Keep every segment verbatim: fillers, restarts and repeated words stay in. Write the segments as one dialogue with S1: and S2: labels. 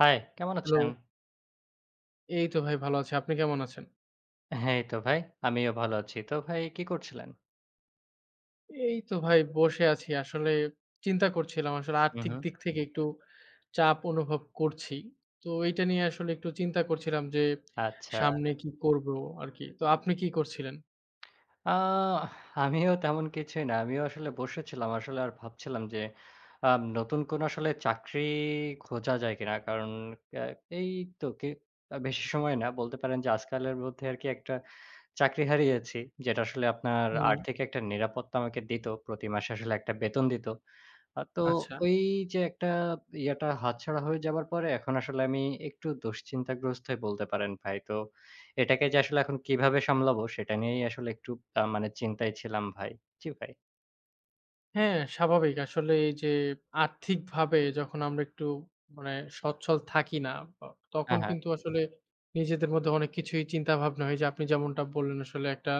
S1: High, কেমন
S2: hello.
S1: আছেন?
S2: এই তো ভাই ভালো আছি। আপনি কেমন আছেন?
S1: হ্যাঁ, এই তো ভাই। আমিও ভালো আছি। তো ভাই কি করছিলেন?
S2: এই তো ভাই বসে আছি। আসলে চিন্তা করছিলাম আসলে
S1: হু,
S2: আর্থিক
S1: হু।
S2: দিক থেকে একটু চাপ অনুভব করছি। তো এইটা নিয়ে আসলে একটু চিন্তা করছিলাম যে
S1: আচ্ছা।
S2: সামনে কি করব আরকি। তো আপনি কি করছিলেন?
S1: আ আমিও তেমন কিছুই না। আমিও আসলে বসেছিলাম আসলে আর ভাবছিলাম যে আ নতুন কোন আসলে চাকরি খোঁজা যায় কিনা? কারণ আ এই তো কে আ বেশি সময় না বলতে পারেন যে আজকালের মধ্যে আরকি একটা চাকরি হারিয়েছি। যেটা আসলে আপনার
S2: হুম,
S1: আর্থিক একটা নিরাপত্তা আমাকে দিত। প্রতি মাসে আসলে একটা বেতন দিত। আ তো
S2: আচ্ছা।
S1: ওই যে একটা ইয়াটা হাতছাড়া হয়ে যাবার পরে এখন আসলে আমি একটু দুশ্চিন্তাগ্রস্তই বলতে পারেন ভাই। তো এটাকে যে আসলে এখন কিভাবে সামলাবো সেটা নিয়েই আসলে একটু আ মানে চিন্তায় ছিলাম ভাই। জি ভাই।
S2: হ্যাঁ, স্বাভাবিক। আসলে এই যে আর্থিকভাবে যখন আমরা একটু মানে সচ্ছল থাকি না, ব
S1: হ্যাঁ,
S2: তখন
S1: হ্যাঁ।
S2: কিন্তু আসলে নিজেদের মধ্যে অনেক কিছুই চিন্তা ভাবনা হয় যে আপনি যেমনটা বললেন আসলে একটা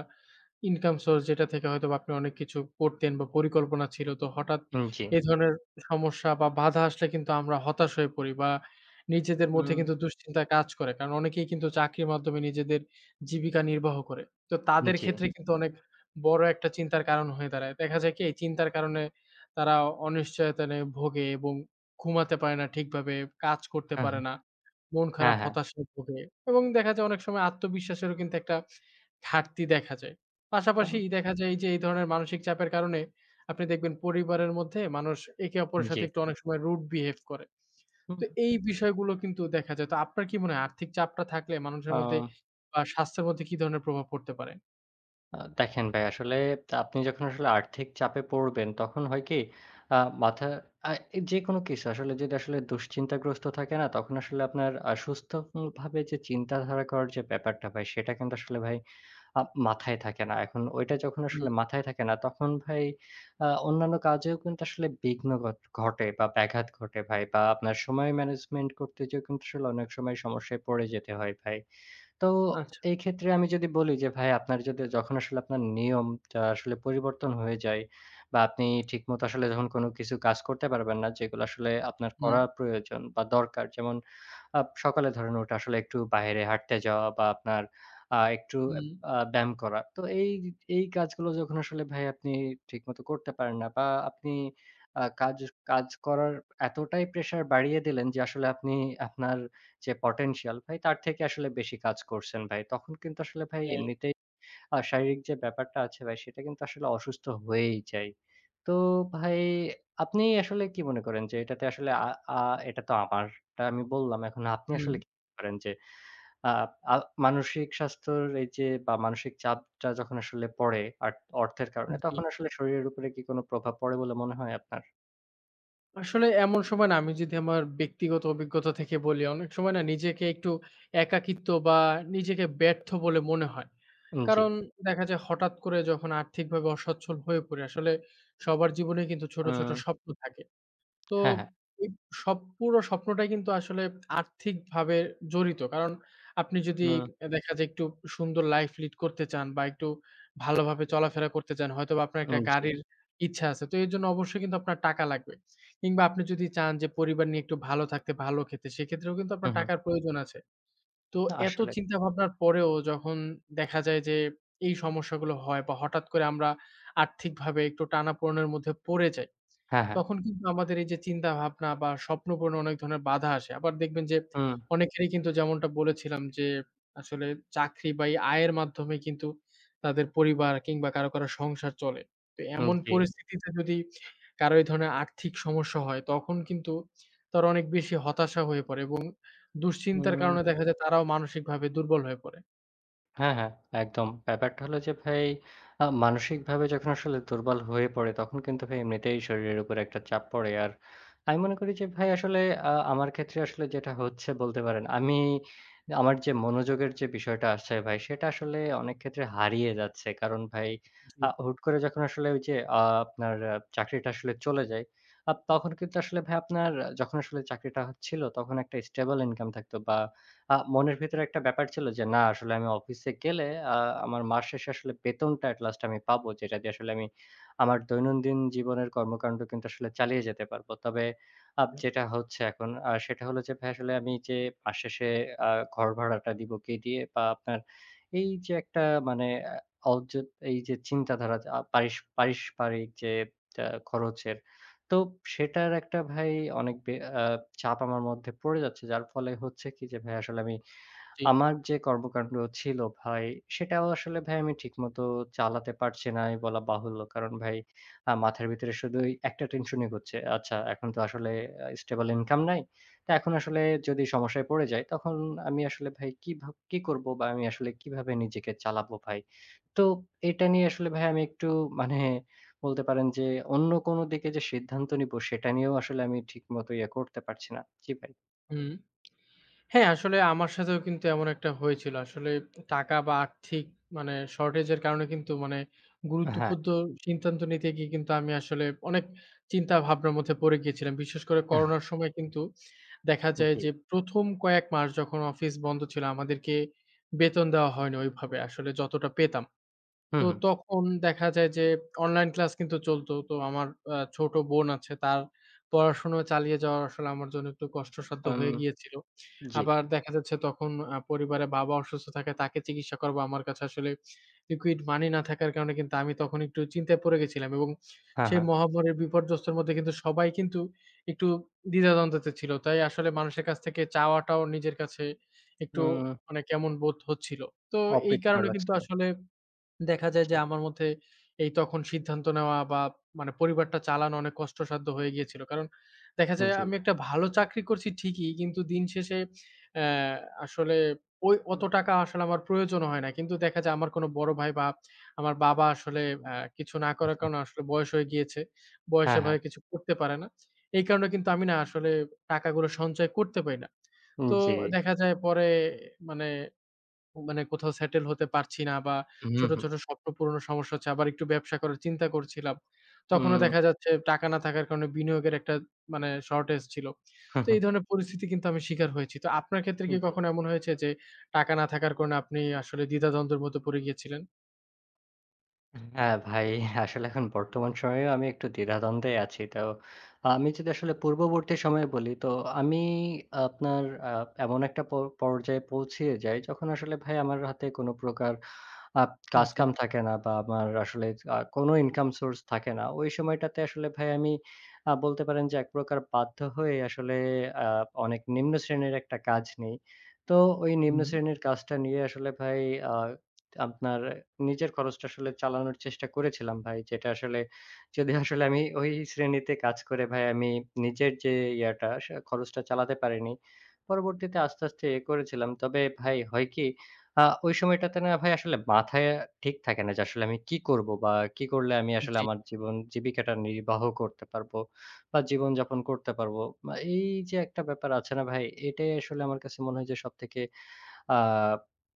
S2: ইনকাম সোর্স যেটা থেকে হয়তোবা আপনি অনেক কিছু করতেন বা পরিকল্পনা ছিল। তো হঠাৎ
S1: উম জি।
S2: এই ধরনের সমস্যা বা বাধা আসলে কিন্তু আমরা হতাশ হয়ে পড়ি বা নিজেদের মধ্যে
S1: উম
S2: কিন্তু দুশ্চিন্তা কাজ করে। কারণ অনেকেই কিন্তু চাকরির মাধ্যমে নিজেদের জীবিকা নির্বাহ করে। তো তাদের
S1: জি।
S2: ক্ষেত্রে কিন্তু অনেক বড় একটা চিন্তার কারণ হয়ে দাঁড়ায়। দেখা যায় কি এই চিন্তার কারণে তারা অনিশ্চয়তা নিয়ে ভোগে এবং ঘুমাতে পারে না ঠিকভাবে, কাজ করতে
S1: হ্যাঁ,
S2: পারে না।
S1: হ্যাঁ।
S2: মন
S1: হ্যাঁ,
S2: খারাপ,
S1: হ্যাঁ।
S2: হতাশায় ভোগে এবং দেখা যায় অনেক সময় আত্মবিশ্বাসেরও কিন্তু একটা ঘাটতি দেখা যায়। পাশাপাশি দেখা যায় এই যে এই ধরনের মানসিক চাপের কারণে আপনি দেখবেন পরিবারের মধ্যে মানুষ একে
S1: আম
S2: অপরের
S1: জি।
S2: সাথে একটু অনেক সময় rude behave করে।
S1: হুম।
S2: তো এই বিষয়গুলো কিন্তু দেখা যায়। তো আপনার কি মনে হয় আর্থিক চাপটা থাকলে মানুষের
S1: আ
S2: মধ্যে বা স্বাস্থ্যের মধ্যে কি ধরনের প্রভাব পড়তে পারে?
S1: আ দেখেন ভাই আসলে আপনি যখন আসলে আর্থিক চাপে পড়বেন তখন হয় কি আ মাথা আ যেকোনো কিছু আসলে যদি আসলে দুশ্চিন্তাগ্রস্ত থাকে না তখন আসলে আপনার আ সুস্থ উম ভাবে যে চিন্তাধারা করার যে ব্যাপারটা ভাই সেটা কিন্তু আসলে ভাই আ মাথায় থাকে না। এখন ওইটা যখন
S2: হুম,
S1: আসলে মাথায় থাকে না তখন ভাই আ অন্যান্য কাজেও কিন্তু আসলে বিঘ্ন ঘট ঘটে বা ব্যাঘাত ঘটে ভাই বা আপনার সময় ম্যানেজমেন্ট করতে যেয়েও কিন্তু আসলে অনেক সময় সমস্যায় পড়ে যেতে হয় ভাই। তো
S2: আচ্ছা।
S1: এই ক্ষেত্রে আমি যদি বলি যে ভাই আপনার যদি যখন আসলে আপনার নিয়মটা আসলে পরিবর্তন হয়ে যায় বা আপনি ঠিকমতো আসলে যখন কোনো কিছু কাজ করতে পারবেন না যেগুলো আসলে আপনার
S2: হুম,
S1: করা প্রয়োজন বা দরকার যেমন আপ সকালে ধরেন ওঠা আসলে একটু বাইরে হাঁটতে যাওয়া বা আপনার আ একটু
S2: হুম।
S1: আ ব্যায়াম করা। তো এই এই কাজগুলো যখন আসলে ভাই আপনি ঠিকমতো করতে পারেন না বা আপনি আ কাজ কাজ করার এতটাই প্রেশার বাড়িয়ে দিলেন যে আসলে আপনি আপনার যে পটেনশিয়াল ভাই তার থেকে আসলে বেশি কাজ করছেন ভাই। তখন কিন্তু আসলে ভাই
S2: হ্যাঁ,
S1: এমনিতেই আ শারীরিক যে ব্যাপারটা আছে ভাই সেটা কিন্তু আসলে অসুস্থ হয়েই যায়। তো ভাই আপনি আসলে কি মনে করেন যে এটাতে আসলে আ আ এটা তো আমারটা আমি বললাম। এখন আপনি
S2: হুম,
S1: আসলে কি মনে করেন যে আ আ মানসিক স্বাস্থ্যর এই যে বা মানসিক চাপটা যখন আসলে পড়ে আর অর্থের কারণে
S2: জি।
S1: তখন আসলে শরীরের উপরে কি কোনো প্রভাব পড়ে বলে মনে হয় আপনার?
S2: আসলে এমন সময় না আমি যদি আমার ব্যক্তিগত অভিজ্ঞতা থেকে বলি, অনেক সময় না নিজেকে একটু একাকিত্ব বা নিজেকে ব্যর্থ বলে মনে হয়।
S1: উম জি।
S2: কারণ দেখা যায় হঠাৎ করে যখন আর্থিকভাবে অসচ্ছল হয়ে পড়ি, আসলে সবার জীবনে কিন্তু ছোট, ছোট
S1: উম
S2: স্বপ্ন থাকে। তো
S1: হ্যাঁ, হ্যাঁ।
S2: এই সব পুরো স্বপ্নটাই কিন্তু আসলে আর্থিকভাবে জড়িত। কারণ আপনি যদি
S1: উম
S2: এ দেখা যায় একটু সুন্দর লাইফ লিড করতে চান বা একটু ভালোভাবে চলাফেরা করতে চান, হয়তোবা আপনার একটা
S1: উম জি।
S2: গাড়ির ইচ্ছা আছে। তো এর জন্য অবশ্যই কিন্তু আপনার টাকা লাগবে। কিংবা আপনি যদি চান যে পরিবার নিয়ে একটু ভালো থাকতে, ভালো খেতে, সেক্ষেত্রেও কিন্তু
S1: হু,
S2: আপনার
S1: হু।
S2: টাকার প্রয়োজন আছে। তো এত
S1: আসলে।
S2: চিন্তাভাবনার পরেও যখন দেখা যায় যে এই সমস্যাগুলো হয় বা হঠাৎ করে আমরা আর্থিকভাবে একটু টানাপোড়েনের মধ্যে পড়ে যাই।
S1: হ্যাঁ, হ্যাঁ।
S2: তখন কিন্তু আমাদের এই যে চিন্তাভাবনা বা স্বপ্ন পূরণে অনেক ধরনের বাধা আসে। আবার দেখবেন যে
S1: হুম।
S2: অনেকেরই কিন্তু যেমনটা বলেছিলাম যে আসলে চাকরি বা এই আয়ের মাধ্যমে কিন্তু তাদের পরিবার কিংবা কারো, কারো সংসার চলে। তো
S1: উম
S2: এমন
S1: জি।
S2: পরিস্থিতিতে যদি কারো এই ধরনের আর্থিক সমস্যা হয় তখন কিন্তু তারা অনেক বেশি হতাশা হয়ে পড়ে এবং দুশ্চিন্তার
S1: উম
S2: কারণে দেখা যায় তারাও মানসিকভাবে দুর্বল হয়ে পড়ে।
S1: হ্যাঁ, হ্যাঁ, একদম। ব্যাপারটা হলো যে ভাই আ মানসিকভাবে যখন আসলে দুর্বল হয়ে পড়ে তখন কিন্তু ভাই এমনিতেই শরীরের উপর একটা চাপ পড়ে। আর আমি মনে করি যে ভাই আসলে আ আমার ক্ষেত্রে আসলে যেটা হচ্ছে বলতে পারেন আমি আমার যে মনোযোগের যে বিষয়টা আসছে ভাই সেটা আসলে অনেক ক্ষেত্রে হারিয়ে যাচ্ছে। কারণ ভাই
S2: জি।
S1: আ হুট করে যখন আসলে ওই যে আ আপনার আহ, চাকরিটা আসলে চলে যায়, আপ তখন কিন্তু আসলে ভাই আপনার আহ, যখন আসলে চাকরিটা ছিল তখন একটা স্টেবল ইনকাম থাকতো বা আ মনের ভিতরে একটা ব্যাপার ছিল যে না আসলে আমি অফিসে গেলে আ আমার মাস শেষে আসলে বেতনটা এট লাস্ট আমি পাবো। যেটা দিয়ে আসলে আমি আমার দৈনন্দিন জীবনের কর্মকাণ্ড কিন্তু আসলে চালিয়ে যেতে পারবো। তবে আপ যেটা হচ্ছে এখন আ সেটা হলো যে ভাই আসলে আমি যে মাস শেষে আ ঘর ভাড়াটা দিব কে দিয়ে বা আপনার এই যে একটা মানে আ অযথ এই যে চিন্তাধারা আ পারিস পারিসপারিক যে আ খরচের তো সেটার একটা ভাই অনেক বে আ চাপ আমার মধ্যে পড়ে যাচ্ছে। যার ফলে হচ্ছে কি যে ভাই আসলে আমি
S2: জি,
S1: আমার যে কর্মকাণ্ড ছিল ভাই, সেটাও আসলে ভাই আমি ঠিকমতো চালাতে পারছি না এই বলা বাহুল্য। কারণ ভাই আ মাথার ভিতরে শুধুই একটা টেনশনই ঘুরছে। আচ্ছা এখন তো আসলে আ স্টেবল ইনকাম নাই। তো এখন আসলে যদি সমস্যায় পড়ে যাই তখন আমি আসলে ভাই কিভা কি করব বা আমি আসলে কিভাবে নিজেকে চালাবো ভাই? তো এটা নিয়ে আসলে ভাই আমি একটু মানে বলতে পারেন যে অন্য কোনো দিকে যে সিদ্ধান্ত নিবো সেটা নিয়েও আসলে আমি ঠিকমতো ইয়ে করতে পারছি না। জি ভাই।
S2: হুম। হ্যাঁ, আসলে আমার সাথেও কিন্তু এমন একটা হয়েছিল। আসলে টাকা বা আর্থিক মানে শর্টেজ এর কারণে কিন্তু মানে
S1: হ্যাঁ,
S2: গুরুত্বপূর্ণ সিদ্ধান্ত নিতে গিয়ে কিন্তু আমি আসলে অনেক চিন্তা ভাবনার মধ্যে পড়ে গিয়েছিলাম। বিশেষ করে করোনার সময় কিন্তু দেখা যায়
S1: জি।
S2: যে প্রথম কয়েক মাস যখন অফিস বন্ধ ছিল আমাদেরকে বেতন দেওয়া হয়নি ওইভাবে আসলে যতটা পেতাম।
S1: হুম,
S2: তো
S1: হুম।
S2: তখন দেখা যায় যে অনলাইন ক্লাস কিন্তু চলতো। তো আমার আ ছোট বোন আছে, তার পড়াশোনা চালিয়ে যাওয়া আসলে আমার জন্য একটু কষ্টসাধ্য
S1: উম
S2: হয়ে গিয়েছিল।
S1: জি।
S2: আবার দেখা যাচ্ছে তখন আ পরিবারে বাবা অসুস্থ থাকে, তাকে চিকিৎসা করাবো। আমার কাছে আসলে লিকুইড মানি না থাকার কারণে কিন্তু আমি তখন একটু চিন্তায় পড়ে গেছিলাম এবং
S1: হ্যাঁ,
S2: সেই
S1: হ্যাঁ।
S2: মহামারীর বিপর্যস্তের মধ্যে কিন্তু সবাই কিন্তু একটু দ্বিধাদ্বন্দ্বতে ছিল। তাই আসলে মানুষের কাছ থেকে চাওয়াটাও নিজের কাছে একটু
S1: উম
S2: মানে কেমন বোধ হচ্ছিল। তো এই
S1: অপ্রীতিকর
S2: কারণে কিন্তু
S1: লাগছিল।
S2: আসলে দেখা যায়
S1: জি,
S2: যে আমার মধ্যে এই তখন সিদ্ধান্ত নেওয়া বা মানে পরিবারটা চালানো অনেক কষ্টসাধ্য হয়ে গিয়েছিল। কারণ দেখা যায়
S1: জি।
S2: আমি একটা ভালো চাকরি করছি ঠিকই, কিন্তু দিন শেষে অ্যা আসলে ওই অত
S1: উ
S2: টাকা আসলে আমার প্রয়োজন হয় না। কিন্তু দেখা যায় আমার কোনো বড় ভাই বা আমার বাবা আসলে অ্যা কিছু না করার কারণে আসলে বয়স হয়ে গিয়েছে।
S1: হ্যাঁ,
S2: বয়সে
S1: হ্যাঁ।
S2: ভাই কিছু করতে পারে না। এই কারণে কিন্তু আমি না আসলে টাকাগুলো সঞ্চয় করতে পারি না।
S1: উম,
S2: তো
S1: জি।
S2: দেখা যায় পরে মানে মানে কোথাও সেটেল হতে পারছি না বা
S1: হুম,
S2: ছোট,
S1: হুম।
S2: ছোট স্বপ্ন পূরণের সমস্যা হচ্ছে। আবার একটু ব্যবসা করার চিন্তা করছিলাম। তখনও
S1: উম
S2: দেখা যাচ্ছে টাকা না থাকার কারণে বিনিয়োগের একটা মানে শর্টেজ ছিল। তো এই ধরনের পরিস্থিতি কিন্তু আমি শিকার হয়েছি। তো আপনার ক্ষেত্রে কি
S1: জি।
S2: কখনো এমন হয়েছে যে টাকা না থাকার কারণে আপনি আসলে দ্বিধাদ্বন্দ্বের মধ্যে পড়ে গিয়েছিলেন?
S1: হ্যাঁ, ভাই আসলে এখন বর্তমান সময়েও আমি একটু দ্বিধাদ্বন্দ্বে আছি। তো আমি যদি আসলে পূর্ববর্তী সময়ে বলি তো আমি আপনার আ এমন একটা প পর্যায়ে পৌঁছিয়ে যাই যখন আসলে ভাই আমার হাতে কোন প্রকার আপ
S2: জি,
S1: কাজ-কাম থাকে না বা আমার আসলে আ কোনো ইনকাম সোর্স থাকে না। ওই সময়টাতে আসলে ভাই আমি আ বলতে পারেন যে এক প্রকার বাধ্য হয়ে আসলে আ অনেক নিম্ন শ্রেণীর একটা কাজ নেই। তো ওই নিম্ন
S2: হুম।
S1: শ্রেণীর কাজটা নিয়ে আসলে ভাই আ আপনার নিজের খরচটা আসলে চালানোর চেষ্টা করেছিলাম ভাই। যেটা আসলে যদি আসলে আমি ওই শ্রেণীতে কাজ করে ভাই আমি নিজের যে ইয়াটা সে খরচটা চালাতে পারিনি। পরবর্তীতে আস্তে, আস্তে এ করেছিলাম। তবে ভাই হয় কি আ ওই সময়টাতে না ভাই আসলে মাথায় ঠিক থাকে না যে আসলে আমি কি করব বা কি করলে আমি আসলে
S2: জি,
S1: আমার জীবন জীবিকাটা নির্বাহ করতে পারবো বা জীবনযাপন করতে পারবো। বা এই যে একটা ব্যাপার আছে না ভাই, এটাই আসলে আমার কাছে মনে হয় যে সবথেকে আ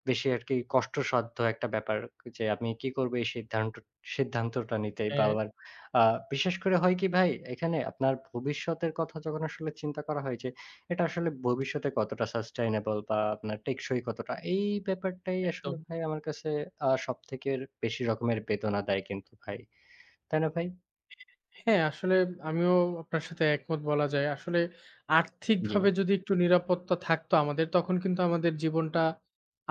S1: বেশি আরকি কষ্টসাধ্য একটা ব্যাপার যে আমি কি করব এই সিদ্ধান্ত সিদ্ধান্তটা নিতে বা
S2: হ্যাঁ,
S1: আবার আ বিশেষ করে হয় কি ভাই এখানে আপনার ভবিষ্যতের কথা যখন আসলে চিন্তা করা হয় যে এটা আসলে ভবিষ্যতে কতটা সাস্টেইনেবল বা আপনার টেকসই কতটা এই ব্যাপারটাই আসলে
S2: একদম।
S1: ভাই আমার কাছে আ সবথেকে বেশি রকমের বেদনা দেয় কিন্তু ভাই। তাই না ভাই?
S2: হ্যাঁ, আসলে আমিও আপনার সাথে একমত বলা যায়। আসলে
S1: জি।
S2: আর্থিকভাবে যদি একটু নিরাপত্তা থাকতো আমাদের, তখন কিন্তু আমাদের জীবনটা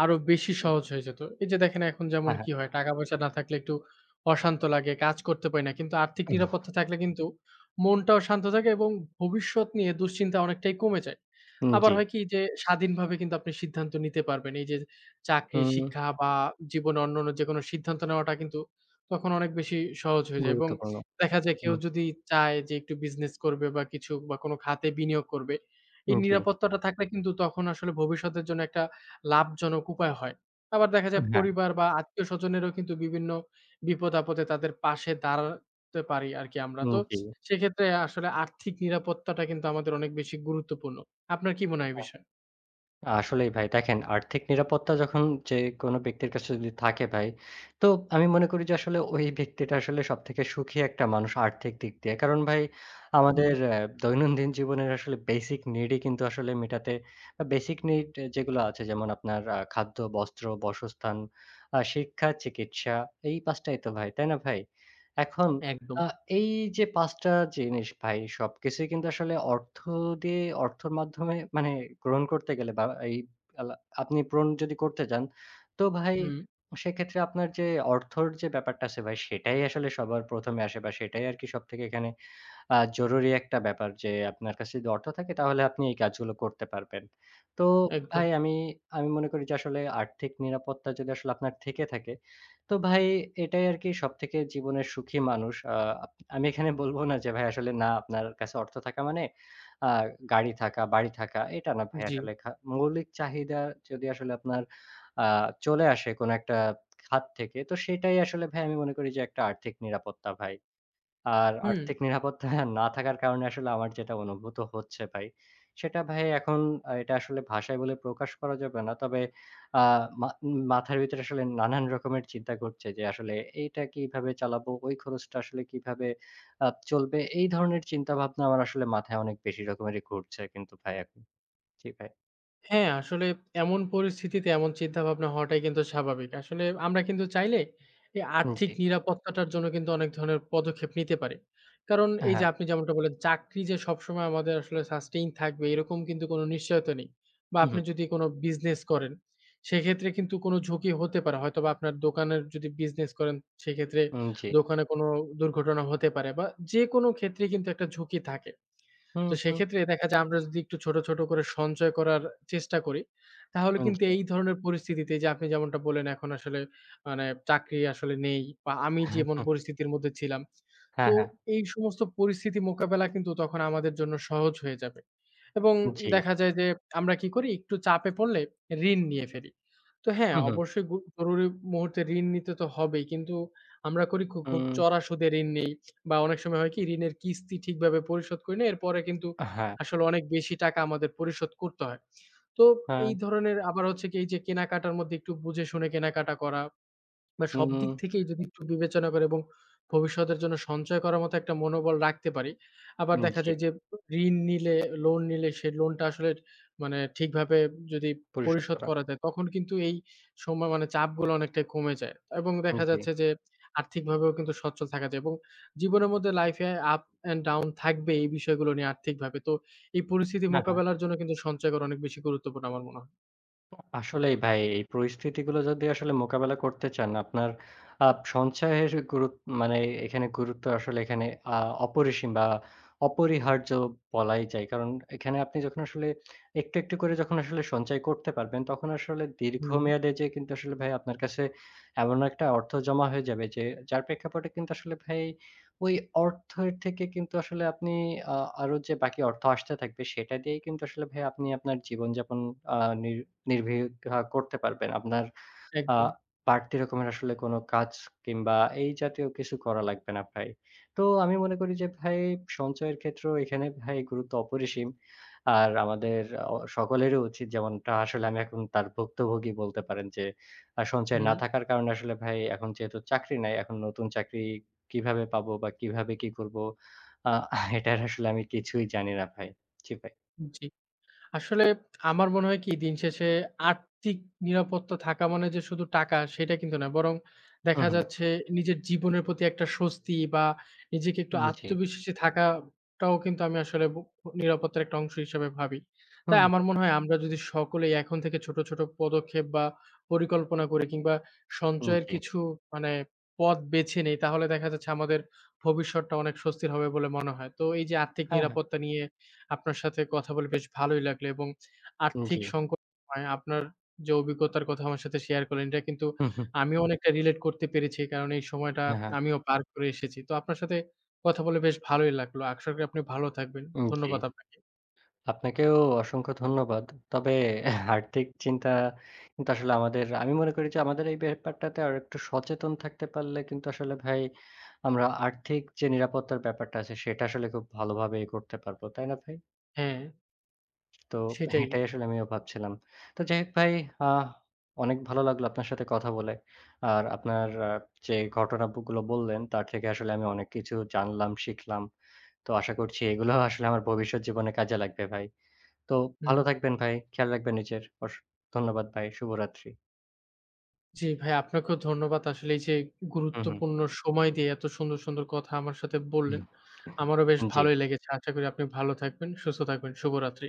S2: আরো বেশি সহজ হয়ে যেত। এই যে দেখেন এখন যেমন
S1: হ্যাঁ, হ্যাঁ।
S2: কি হয়, টাকা-পয়সা না থাকলে একটু অশান্ত লাগে, কাজ করতে পারি না। কিন্তু আর্থিক নিরাপত্তা থাকলে কিন্তু মনটাও শান্ত থাকে এবং ভবিষ্যৎ নিয়ে দুশ্চিন্তা অনেকটাই কমে যায়।
S1: উম,
S2: আবার
S1: জি।
S2: হয় কি যে স্বাধীনভাবে কিন্তু আপনি সিদ্ধান্ত নিতে পারবেন। এই যে চাকরি,
S1: হুম,
S2: শিক্ষা বা জীবনে অন্যান্য যেকোনো সিদ্ধান্ত নেওয়াটা কিন্তু তখন অনেক বেশি সহজ হয়ে যায় এবং
S1: গুরুত্বপূর্ণ।
S2: দেখা যায় কেউ যদি চায় যে একটু বিজনেস করবে বা কিছু বা কোনো খাতে বিনিয়োগ করবে, এই
S1: হুম, জি।
S2: নিরাপত্তাটা থাকলে কিন্তু তখন আসলে ভবিষ্যতের জন্য একটা লাভজনক উপায় হয়। আবার দেখা যায়
S1: হ্যাঁ,
S2: পরিবার বা আত্মীয়স্বজনেরও কিন্তু বিভিন্ন বিপদ-আপদে তাদের পাশে দাঁড়াতে পারি আরকি আমরা।
S1: উম,
S2: তো
S1: জি।
S2: সেক্ষেত্রে আসলে আর্থিক নিরাপত্তাটা কিন্তু আমাদের অনেক বেশি গুরুত্বপূর্ণ। আপনার কি মনে হয় এই বিষয়ে?
S1: আসলেই ভাই দেখেন আর্থিক নিরাপত্তা যখন যে কোনো ব্যক্তির কাছে যদি থাকে ভাই, তো আমি মনে করি যে আসলে ওই ব্যক্তিটা আসলে সবথেকে সুখী একটা মানুষ আর্থিক দিক দিয়ে। কারণ ভাই আমাদের
S2: হুম,
S1: অ্যা দৈনন্দিন জীবনের আসলে বেসিক নিডই কিন্তু আসলে মেটাতে বা বেসিক নিড যেগুলো আছে যেমন আপনার আ খাদ্য, বস্ত্র, বাসস্থান, আ শিক্ষা, চিকিৎসা এই পাঁচটাই টাই তো ভাই, তাই না ভাই? এখন
S2: একদম।
S1: আ এই যে পাঁচটা টা জিনিস ভাই সবকিছুই কিন্তু আসলে অর্থ দিয়ে অর্থের মাধ্যমে মানে গ্রহণ করতে গেলে বা এই আলা আপনি পূরণ যদি করতে যান, তো ভাই
S2: হুম,
S1: সেক্ষেত্রে আপনার যে অর্থর যে ব্যাপারটা আছে ভাই সেটাই আসলে সবার প্রথমে আসে বা সেটাই আরকি সবথেকে এখানে আ জরুরি একটা ব্যাপার যে আপনার কাছে যদি অর্থ থাকে তাহলে আপনি এই কাজগুলো করতে পারবেন। তো জি।
S2: একদম।
S1: ভাই আমি, আমি মনে করি যে আসলে আর্থিক নিরাপত্তা যদি আসলে আপনার থেকে থাকে, তো ভাই এটাই আরকি সবথেকে জীবনের সুখী মানুষ। আ আমি এখানে বলব না যে ভাই আসলে না আপনার কাছে অর্থ থাকা মানে আ গাড়ি থাকা, বাড়ি থাকা এটা না ভাই
S2: জি।
S1: আসলে খা মৌলিক চাহিদা যদি আসলে আপনার আ চলে আসে কোনো একটা খাত থেকে তো সেটাই আসলে ভাই আমি মনে করি যে একটা আর্থিক নিরাপত্তা ভাই। আর
S2: হুম।
S1: আর্থিক নিরাপত্তা না থাকার কারণে আসলে আমার যেটা অনুভূত হচ্ছে ভাই, সেটা ভাই এখন আ এটা আসলে ভাষায় বলে প্রকাশ করা যাবে না। তবে আ মা মাথার ভিতরে আসলে নানান রকমের চিন্তা ঘুরছে যে আসলে এইটা কিভাবে চালাবো, ওই খরচটা আসলে কিভাবে আ চলবে। এই ধরনের চিন্তাভাবনা আমার আসলে মাথায় অনেক বেশি রকমেরই ঘুরছে কিন্তু ভাই এখন। জি ভাই।
S2: হ্যাঁ, আসলে এমন পরিস্থিতিতে এমন চিন্তাভাবনা হওয়াটাই কিন্তু স্বাভাবিক। আসলে আমরা কিন্তু চাইলে এই আর্থিক
S1: জি।
S2: নিরাপত্তাটার জন্য কিন্তু অনেক ধরনের পদক্ষেপ নিতে পারি। কারণ এই
S1: হ্যাঁ।
S2: যে আপনি যেমনটা বললেন, চাকরি যে সবসময় আমাদের আসলে সাস্টেইন থাকবে এরকম কিন্তু কোনো নিশ্চয়তা নেই। বা
S1: হুম,
S2: আপনি
S1: হুম।
S2: যদি কোনো বিজনেস করেন, সেক্ষেত্রে কিন্তু কোনো ঝুঁকি হতে পারে। হয়তোবা আপনার দোকানের যদি বিজনেস করেন, সেক্ষেত্রে
S1: জি।
S2: দোকানে কোনো দুর্ঘটনা হতে পারে বা যেকোনো ক্ষেত্রেই কিন্তু একটা ঝুঁকি থাকে।
S1: হুম,
S2: তো
S1: হুম।
S2: সেক্ষেত্রে দেখা যায় আমরা যদি একটু ছোট, ছোট করে সঞ্চয় করার চেষ্টা করি, তাহলে
S1: হুম,
S2: কিন্তু
S1: জি।
S2: এই ধরনের পরিস্থিতিতে যে আপনি যেমনটা বললেন এখন আসলে মানে চাকরি আসলে নেই বা আমি যেমন পরিস্থিতির মধ্যে ছিলাম।
S1: হ্যাঁ,
S2: তো
S1: হ্যাঁ।
S2: এই সমস্ত পরিস্থিতি মোকাবেলা কিন্তু তখন আমাদের জন্য সহজ হয়ে যাবে। এবং
S1: জি।
S2: দেখা যায় যে আমরা কি করি একটু চাপে পড়লে ঋণ নিয়ে ফেলি। তো হ্যাঁ,
S1: হুম, হুম।
S2: অবশ্যই গু জরুরি মুহূর্তে ঋণ নিতে তো হবেই। কিন্তু আমরা করি খু খুব
S1: হুম।
S2: চড়া সুদে ঋণ নেই। বা অনেক সময় হয় কি ঋণের কিস্তি ঠিকভাবে পরিশোধ করি না। এরপরে কিন্তু
S1: হ্যাঁ,
S2: আসলে অনেক বেশি টাকা আমাদের পরিশোধ করতে হয়। তো
S1: হ্যাঁ।
S2: এই ধরনের আবার হচ্ছে কি এই যে কেনাকাটার মধ্যে একটু বুঝে শুনে কেনাকাটা করা বা সব দিক থেকেই যদি একটু বিবেচনা করে এবং ভবিষ্যতের জন্য সঞ্চয় করার মতো একটা মনোবল রাখতে পারি। আবার
S1: হুম,
S2: দেখা
S1: জি।
S2: যায় যে ঋণ নিলে, লোন নিলে সেই লোনটা আসলে মানে ঠিকভাবে যদি
S1: পরিষ্কার
S2: পরিশোধ
S1: করা।
S2: করা যায় তখন কিন্তু এই সময় মানে চাপগুলো অনেকটাই কমে যায়। এবং দেখা
S1: জি।
S2: যাচ্ছে যে আর্থিকভাবেও কিন্তু সচ্ছল থাকা যায় এবং জীবনের মধ্যে লাইফে আপ অ্যান্ড ডাউন থাকবে এই বিষয়গুলো নিয়ে আর্থিকভাবে। তো এই পরিস্থিতি
S1: হ্যাঁ, হ্যাঁ।
S2: মোকাবেলার জন্য কিন্তু সঞ্চয় করা অনেক বেশি গুরুত্বপূর্ণ আমার মনে হয়।
S1: আসলেই ভাই এই পরিস্থিতিগুলো যদি আসলে মোকাবেলা করতে চান আপনার আ সঞ্চয়ের গুরুত মানে এখানে গুরুত্ব আসলে এখানে আ অপরিসীম বা অপরিহার্য বলাই যায়। কারণ এখানে আপনি যখন আসলে একটু, একটু করে যখন আসলে সঞ্চয় করতে পারবেন তখন আসলে
S2: হুম,
S1: দীর্ঘমেয়াদে যেয়ে কিন্তু আসলে ভাই আপনার কাছে এমন একটা অর্থ জমা হয়ে যাবে যে যার প্রেক্ষাপটে কিন্তু আসলে ভাই ওই অর্থের থেকে কিন্তু আসলে আপনি আ আরো যে বাকি অর্থ আসতে থাকবে সেটা দিয়েই কিন্তু আসলে ভাই আপনি আপনার জীবনযাপন আ নির নির্ভীকহা করতে পারবেন। আপনার আ
S2: একদম।
S1: বাড়তি রকমের আসলে কোনো কাজ কিংবা এই জাতীয় কিছু করা লাগবে না ভাই। তো আমি মনে করি যে ভাই সঞ্চয়ের ক্ষেত্রেও এখানে ভাই গুরুত্ব অপরিসীম। আর আমাদের অ সকলেরই উচিত যেমনটা আসলে আমি এখন তার ভুক্তভোগী বলতে পারেন যে আ সঞ্চয় না
S2: হুম,
S1: থাকার কারণে আসলে ভাই এখন যেহেতু চাকরি নাই, এখন নতুন চাকরি কিভাবে পাবো বা কিভাবে কি করবো? আ এটার আসলে আমি কিছুই জানি না ভাই। জি ভাই।
S2: জি। আসলে আমার মনে হয় কি দিন শেষে আর্থিক নিরাপত্তা থাকা মানে যে শুধু টাকা সেটা কিন্তু না। বরং
S1: হু,
S2: দেখা
S1: হু।
S2: যাচ্ছে নিজের জীবনের প্রতি একটা স্বস্তি বা নিজেকে একটু
S1: জি।
S2: আত্মবিশ্বাসী থাকাটাও কিন্তু আমি আসলে ব নিরাপত্তার একটা অংশ হিসেবে ভাবি। তাই
S1: হুম।
S2: আমার মনে হয় আমরা যদি সকলেই এখন থেকে ছোট, ছোট পদক্ষেপ বা পরিকল্পনা করি কিংবা সঞ্চয়ের
S1: জি।
S2: কিছু মানে পথ বেছে নেই তাহলে দেখা যাচ্ছে আমাদের ভবিষ্যৎটা অনেক স্বস্তির হবে বলে মনে হয়। তো এই যে আর্থিক
S1: হ্যাঁ, হ্যাঁ।
S2: নিরাপত্তা নিয়ে আপনার সাথে কথা বলে বেশ ভালোই লাগলো এবং আর্থিক
S1: জি।
S2: সংকট সময়ে আপনার যে অভিজ্ঞতার কথা আমার সাথে শেয়ার করলেন, এটা কিন্তু
S1: হুম, হুম।
S2: আমিও অনেকটা রিলেট করতে পেরেছি। কারণ এই সময়টা
S1: হ্যাঁ, হ্যাঁ।
S2: আমিও পার করে এসেছি। তো আপনার সাথে কথা বলে বেশ ভালোই লাগলো। আশা করি আপনি ভালো থাকবেন।
S1: উম জি।
S2: ধন্যবাদ আপনাকে।
S1: আপনাকেও অসংখ্য ধন্যবাদ। তবে আর্থিক চিন্তা কিন্তু আসলে আমাদের আমি মনে করি যে আমাদের এই ব্যাপারটাতে আরেকটু সচেতন থাকতে পারলে কিন্তু আসলে ভাই আমরা আর্থিক যে নিরাপত্তার ব্যাপারটা আছে সেটা আসলে খুব ভালোভাবে এ করতে পারবো। তাই না ভাই?
S2: হ্যাঁ,
S1: তো
S2: সেটাই।
S1: এটাই আসলে আমিও ভাবছিলাম। তো যাই হোক ভাই আহ অনেক ভালো লাগলো আপনার সাথে কথা বলে। আর আপনার আ যে ঘটনাগুলো বললেন তার থেকে আসলে আমি অনেক কিছু জানলাম, শিখলাম। তো আশা করছি এগুলো আসলে আমার ভবিষ্যৎ জীবনে কাজে লাগবে ভাই। তো
S2: হুম।
S1: ভালো থাকবেন ভাই। খেয়াল রাখবেন নিজের। অস ধন্যবাদ ভাই। শুভরাত্রি।
S2: জি, ভাই আপনাকেও ধন্যবাদ। আসলে এই যে
S1: হু, হু।
S2: গুরুত্বপূর্ণ সময় দিয়ে এত সুন্দর, সুন্দর কথা আমার সাথে বললেন।
S1: হুম।
S2: আমারও বেশ
S1: জি।
S2: ভালোই লেগেছে। আশা করি আপনি ভালো থাকবেন, সুস্থ থাকবেন। শুভরাত্রি।